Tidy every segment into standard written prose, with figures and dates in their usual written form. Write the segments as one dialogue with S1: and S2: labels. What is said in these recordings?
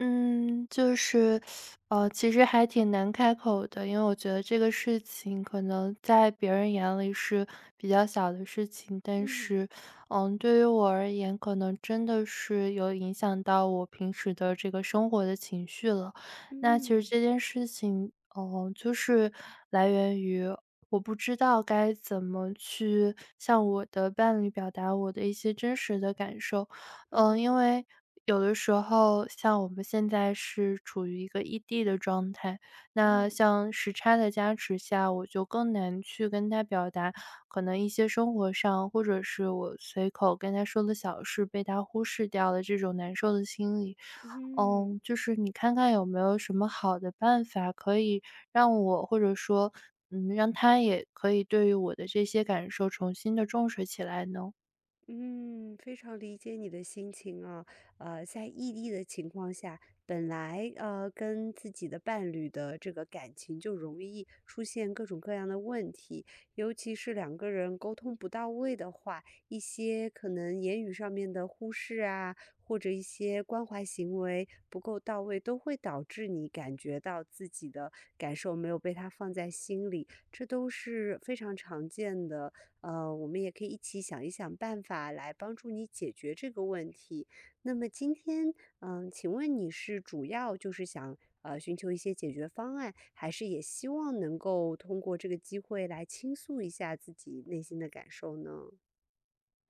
S1: 嗯，就是，其实还挺难开口的，因为我觉得这个事情可能在别人眼里是比较小的事情，但
S2: 嗯
S1: 是，对于我而言，可能真的是有影响到我平时的这个生活的情绪了。那其实
S2: 嗯
S1: 这件事情，就是来源于我不知道该怎么去向我的伴侣表达我的一些真实的感受。
S2: 嗯
S1: 因为有的时候像我们现在是处于一个异地的状态，那
S2: 嗯
S1: 像时差的加持下，我就更难去跟他表达可能一些生活上，或者是我随口跟他说的小事被他忽视掉的这种难受的心理。
S2: 嗯。
S1: 就是你看看有没有什么好的办法可以让我，或者说，让他也可以对于我的这些感受重新的重视起来呢？
S2: 嗯，非常理解你的心情啊。在异地的情况下，本来跟自己的伴侣的这个感情就容易出现各种各样的问题，尤其是两个人沟通不到位的话，一些可能言语上面的忽视啊，或者一些关怀行为不够到位，都会导致你感觉到自己的感受没有被他放在心里，这都是非常常见的。我们也可以一起想一想办法来帮助你解决这个问题。那么今天，嗯，请问你是主要就是想寻求一些解决方案，还是也希望能够通过这个机会来倾诉一下自己内心的感受呢？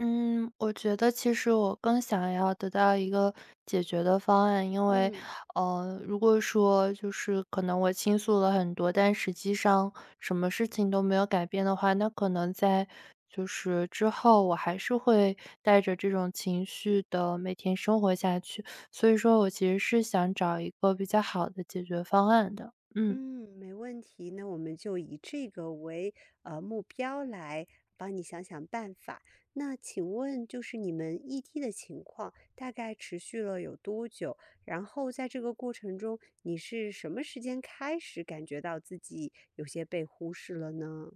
S1: 嗯，我觉得其实我更想要得到一个解决的方案，因为，
S2: 嗯。
S1: 如果说就是可能我倾诉了很多，但实际上什么事情都没有改变的话，那可能在就是之后我还是会带着这种情绪的每天生活下去，所以说我其实是想找一个比较好的解决方案的，嗯。
S2: 嗯，没问题。那我们就以这个为目标来帮你想想办法。那请问，就是你们异地的情况大概持续了有多久？然后在这个过程中，你是什么时间开始感觉到自己有些被忽视了呢？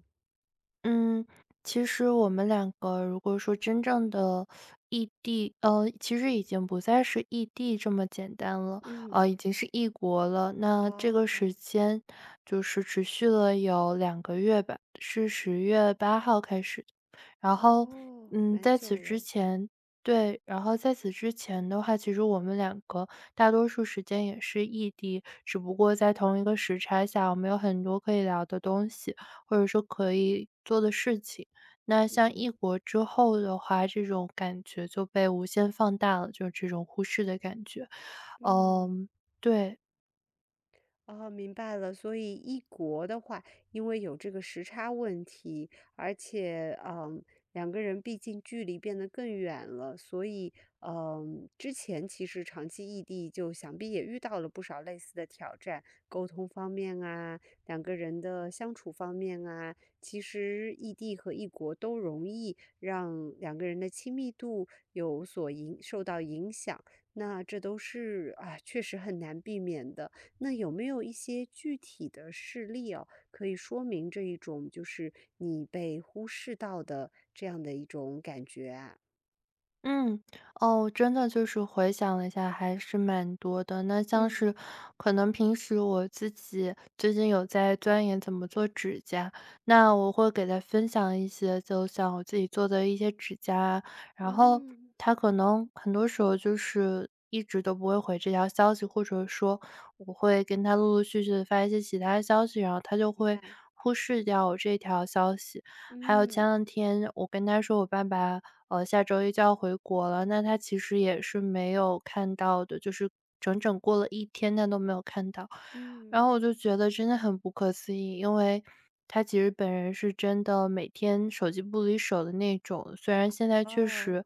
S1: 嗯，其实我们两个如果说真正的异地，其实已经不再是异地这么简单了，
S2: 嗯，
S1: 已经是异国了。那这个
S2: 哦，
S1: 时间就是持续了有2个月吧，是10月8号开始的。然后，
S2: 哦，蛮
S1: 在此
S2: 久
S1: 之
S2: 了。
S1: 前，对，然后在此之前的话，其实我们两个大多数时间也是异地，只不过在同一个时差下，我们有很多可以聊的东西。或者说可以做的事情。那像异
S2: 嗯
S1: 国之后的话，这种感觉就被无限放大了，就是这种忽视的感觉。
S2: 嗯。
S1: 嗯，对。
S2: 哦，明白了。所以异国的话，因为有这个时差问题，而且，嗯，两个人毕竟距离变得更远了，所以，嗯，之前其实长期异地，就想必也遇到了不少类似的挑战，沟通方面啊，两个人的相处方面啊，其实异地和异国都容易让两个人的亲密度有所影，受到影响。那这都是啊，确实很难避免的。那有没有一些具体的事例哦，可以说明这一种就是你被忽视到的这样的一种感觉啊？
S1: 嗯，哦，真的就是回想了一下，还是蛮多的。那像
S2: 嗯
S1: 是可能平时我自己最近有在钻研怎么做指甲，那我会给他分享一些，就像我自己做的一些指甲啊，然后
S2: 嗯，
S1: 他可能很多时候就是一直都不会回这条消息，或者说我会跟他陆陆续续的发一些其他的消息，然后他就
S2: 明
S1: 会
S2: 白，
S1: 忽视掉我这条消息。还有前
S2: 嗯
S1: 两天我跟他说我爸爸下周一就要回国了，那他其实也是没有看到的，就是整整过了一天，他都没有看到。然
S2: 嗯，
S1: 后我就觉得真的很不可思议，因为他其实本人是真的每天手机不离手的那种，虽然现在确
S2: 哦，
S1: 实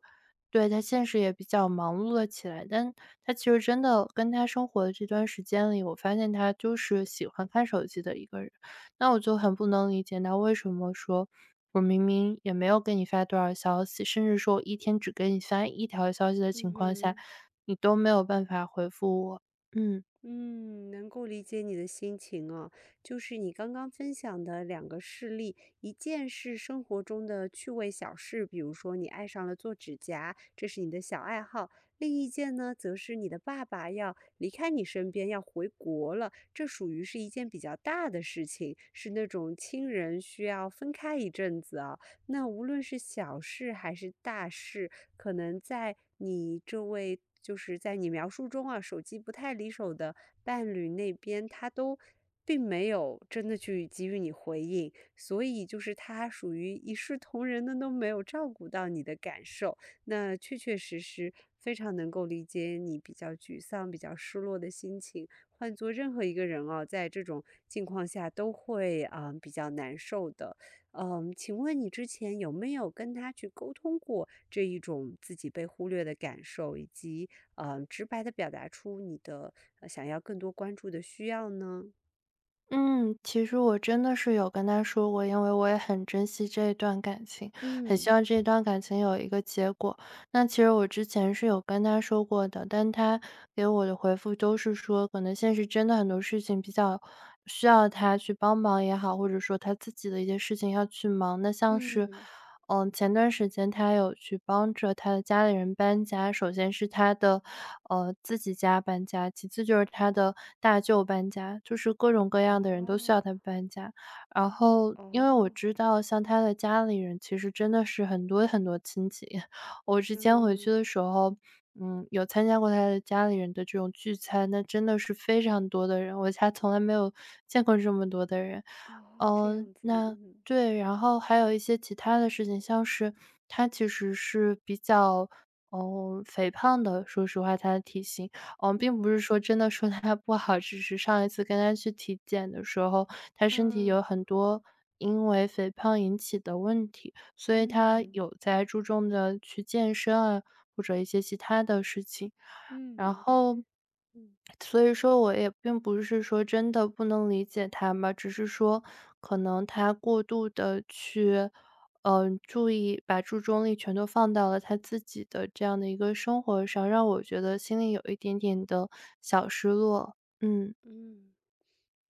S1: 对他现实也比较忙碌了起来，但他其实真的跟他生活的这段时间里，我发现他就是喜欢看手机的一个人。那我就很不能理解，那为什么说我明明也没有给你发多少消息，甚至说我一天只给你发一条消息的
S2: 嗯
S1: 情况下，
S2: 哼。
S1: 你都没有办法回复我？嗯。
S2: 嗯，能够理解你的心情哦，就是你刚刚分享的两个事例，一件是生活中的趣味小事，比如说你爱上了做指甲，这是你的小爱好；另一件呢，则是你的爸爸要离开你身边，要回国了，这属于是一件比较大的事情，是那种亲人需要分开一阵子啊。那无论是小事还是大事，可能在你这位就是在你描述中啊，手机不太离手的伴侣那边，他都并没有真的去给予你回应，所以就是他属于一视同仁的都没有照顾到你的感受，那确确实实非常能够理解你比较沮丧、比较失落的心情。换做任何一个人啊，在这种境况下都会啊、比较难受的。嗯，请问你之前有没有跟他去沟通过这一种自己被忽略的感受，以及直白的表达出你的想要更多关注的需要呢？
S1: 嗯，其实我真的是有跟他说过，因为我也很珍惜这一段感情，很
S2: 嗯
S1: 希望这一段感情有一个结果。那其实我之前是有跟他说过的，但他给我的回复都是说，可能现实真的很多事情比较需要他去帮忙也好，或者说他自己的一些事情要去忙。那像是
S2: 嗯，
S1: 前段时间他有去帮着他的家里人搬家。首先是他的，自己家搬家，其次就是他的大舅搬家，就是各种各样的人都需要
S2: 哦
S1: 他搬家。然后因为我
S2: 哦，
S1: 知道像他的家里人其实真的是很多很多亲戚，我之前回去
S2: 嗯
S1: 的时候，有参加过他的家里人的这种聚餐，那真的是非常多的人，我家从来没有见过这么多的人。
S2: 哦，这样子，
S1: 那
S2: 嗯
S1: 对，然后还有一些其他的事情，像是他其实是比较，肥胖的，说实话他的体型，并
S2: 嗯
S1: 不是说真的说他不好，只是上一次跟他去体检的时候，他身体有
S2: 啊
S1: 很多因为肥胖引起的问题，所以他
S2: 嗯
S1: 有在注重的去健身啊，或者一些其他的事情。
S2: 嗯，
S1: 然
S2: 明白，
S1: 后
S2: 嗯
S1: 所以说我也并不是说真的不能理解他嘛，只是说可能他过度的去，注意把注重力全都放到了他自己的这样的一个生活上，让我觉得心里有一点点的小失落，嗯。
S2: 嗯。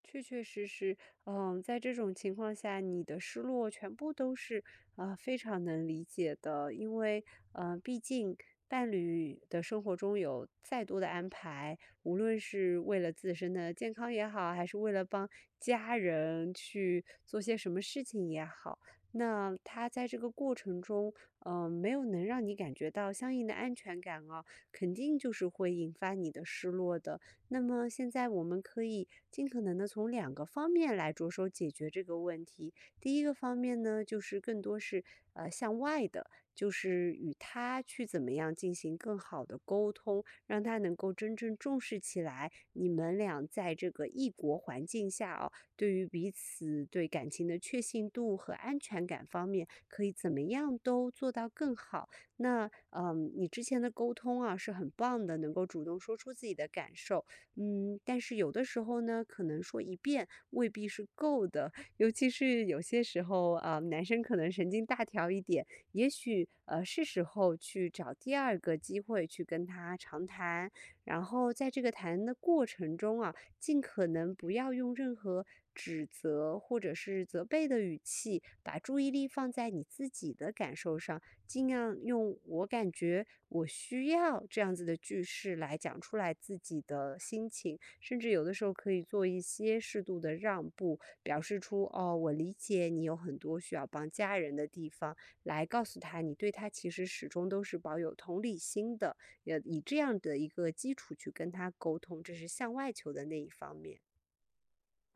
S2: 确确实实，嗯，在这种情况下，你的失落全部都是啊、非常能理解的，因为毕竟伴侣的生活中有再多的安排，无论是为了自身的健康也好，还是为了帮家人去做些什么事情也好，那他在这个过程中，嗯、没有能让你感觉到相应的安全感啊，肯定就是会引发你的失落的。那么现在我们可以尽可能的从两个方面来着手解决这个问题。第一个方面呢，就是更多是向外的，就是与他去怎么样进行更好的沟通，让他能够真正重视起来你们俩在这个异国环境下哦，对于彼此对感情的确信度和安全感方面，可以怎么样都做到更好。那嗯，你之前的沟通啊是很棒的，能够主动说出自己的感受。嗯，但是有的时候呢，可能说一遍未必是够的，尤其是有些时候啊，男生可能神经大条一点，也许是时候去找第二个机会去跟他长谈，然后在这个谈的过程中啊，尽可能不要用任何指责或者是责备的语气，把注意力放在你自己的感受上，尽量用"我感觉""我需要"这样子的句式来讲出来自己的心情，甚至有的时候可以做一些适度的让步，表示出"哦，我理解你有很多需要帮家人的地方"，来告诉他你对他其实始终都是保有同理心的。要以这样的一个基础去跟他沟通，这是向外求的那一方面。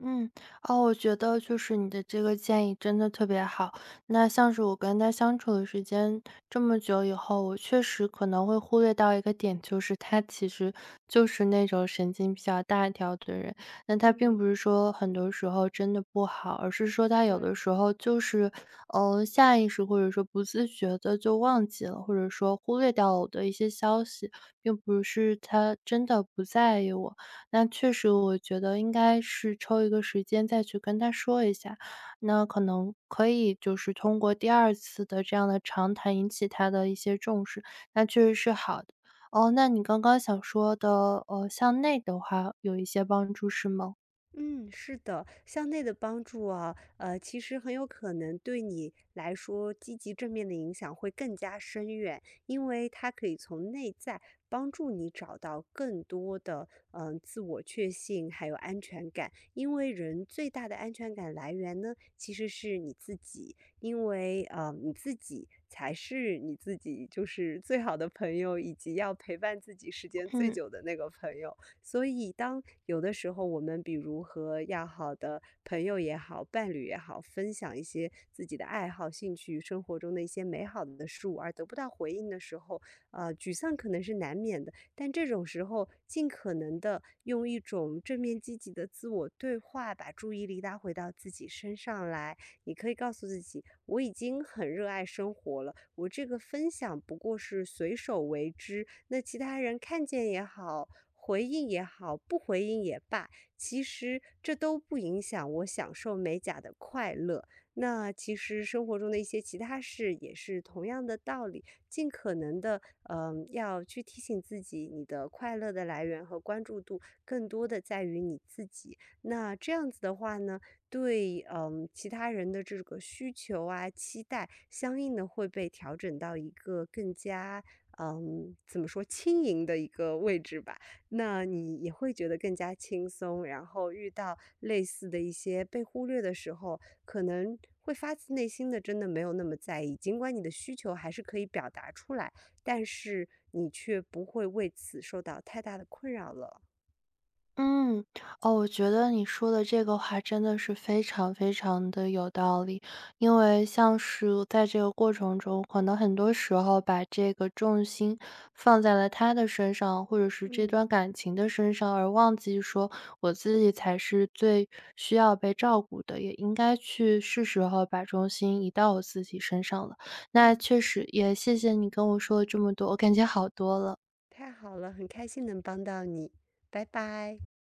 S1: 嗯，哦，我觉得就是你的这个建议真的特别好。那像是我跟他相处的时间这么久以后，我确实可能会忽略到一个点，就是他其实就是那种神经比较大条的人。那他并
S2: 嗯，
S1: 不是说很多时候真的不好，而是说他有的
S2: 对。
S1: 时候就是，下意识或者说不自觉的就忘记了，或者说忽略掉了我的一些消息，并不是他真的不在意我。那确实我觉得应该是抽一个时间再去跟他说一下，那可能可以就是通过第二次的这样的长谈引起他的一些重视，那确实是好的。哦，那你刚刚想说的，向内的话有一些帮助是吗？
S2: 嗯，是的，向内的帮助啊，其实很有可能对你来说，积极正面的影响会更加深远，因为它可以从内在帮助你找到更多的嗯、自我确信，还有安全感。因为人最大的安全感来源呢，其实是你自己，因为你自己才是你自己，就是最好的朋友，以及要陪伴自己时间最
S1: 嗯。
S2: 久的那个朋友。所以当有的时候我们比如和要好的朋友也好、伴侣也好，分享一些自己的爱好、兴趣、生活中的一些美好的事物，而得不到回应的时候，沮丧可能是难免的。但这种时候，尽可能的用一种正面积极的自我对话，把注意力拉回到自己身上来。你可以告诉自己，我已经很热爱生活了，我这个分享不过是随手为之，那其他人看见也好，回应也好，不回应也罢，其实这都不影响我享受美甲的快乐。那其实生活中的一些其他事也是同样的道理，尽可能的，嗯、要去提醒自己，你的快乐的来源和关注度更多的在于你自己。那这样子的话呢，对，嗯、其他人的这个需求啊、期待，相应的会被调整到一个更加，嗯、怎么说，轻盈的一个位置吧。那你也会觉得更加轻松，然后遇到类似的一些被忽略的时候，可能会发自内心的真的没有那么在意，尽管你的需求还是可以表达出来，但是你却不会为此受到太大的困扰了。
S1: 嗯，哦，我觉得你说的这个话真的是非常非常的有道理。因为像是在这个过程中，可能很多时候把这个重心放在了他的身上，或者是这
S2: 嗯，
S1: 段感情的身上，而忘记说我自己才是最需要被照顾的，也应该去是时候把重心移到我自己身上了。
S2: 嗯。
S1: 那确实也谢谢你跟我说了这么多，我感觉好多了。
S2: 太好了，很开心能帮到你，拜拜。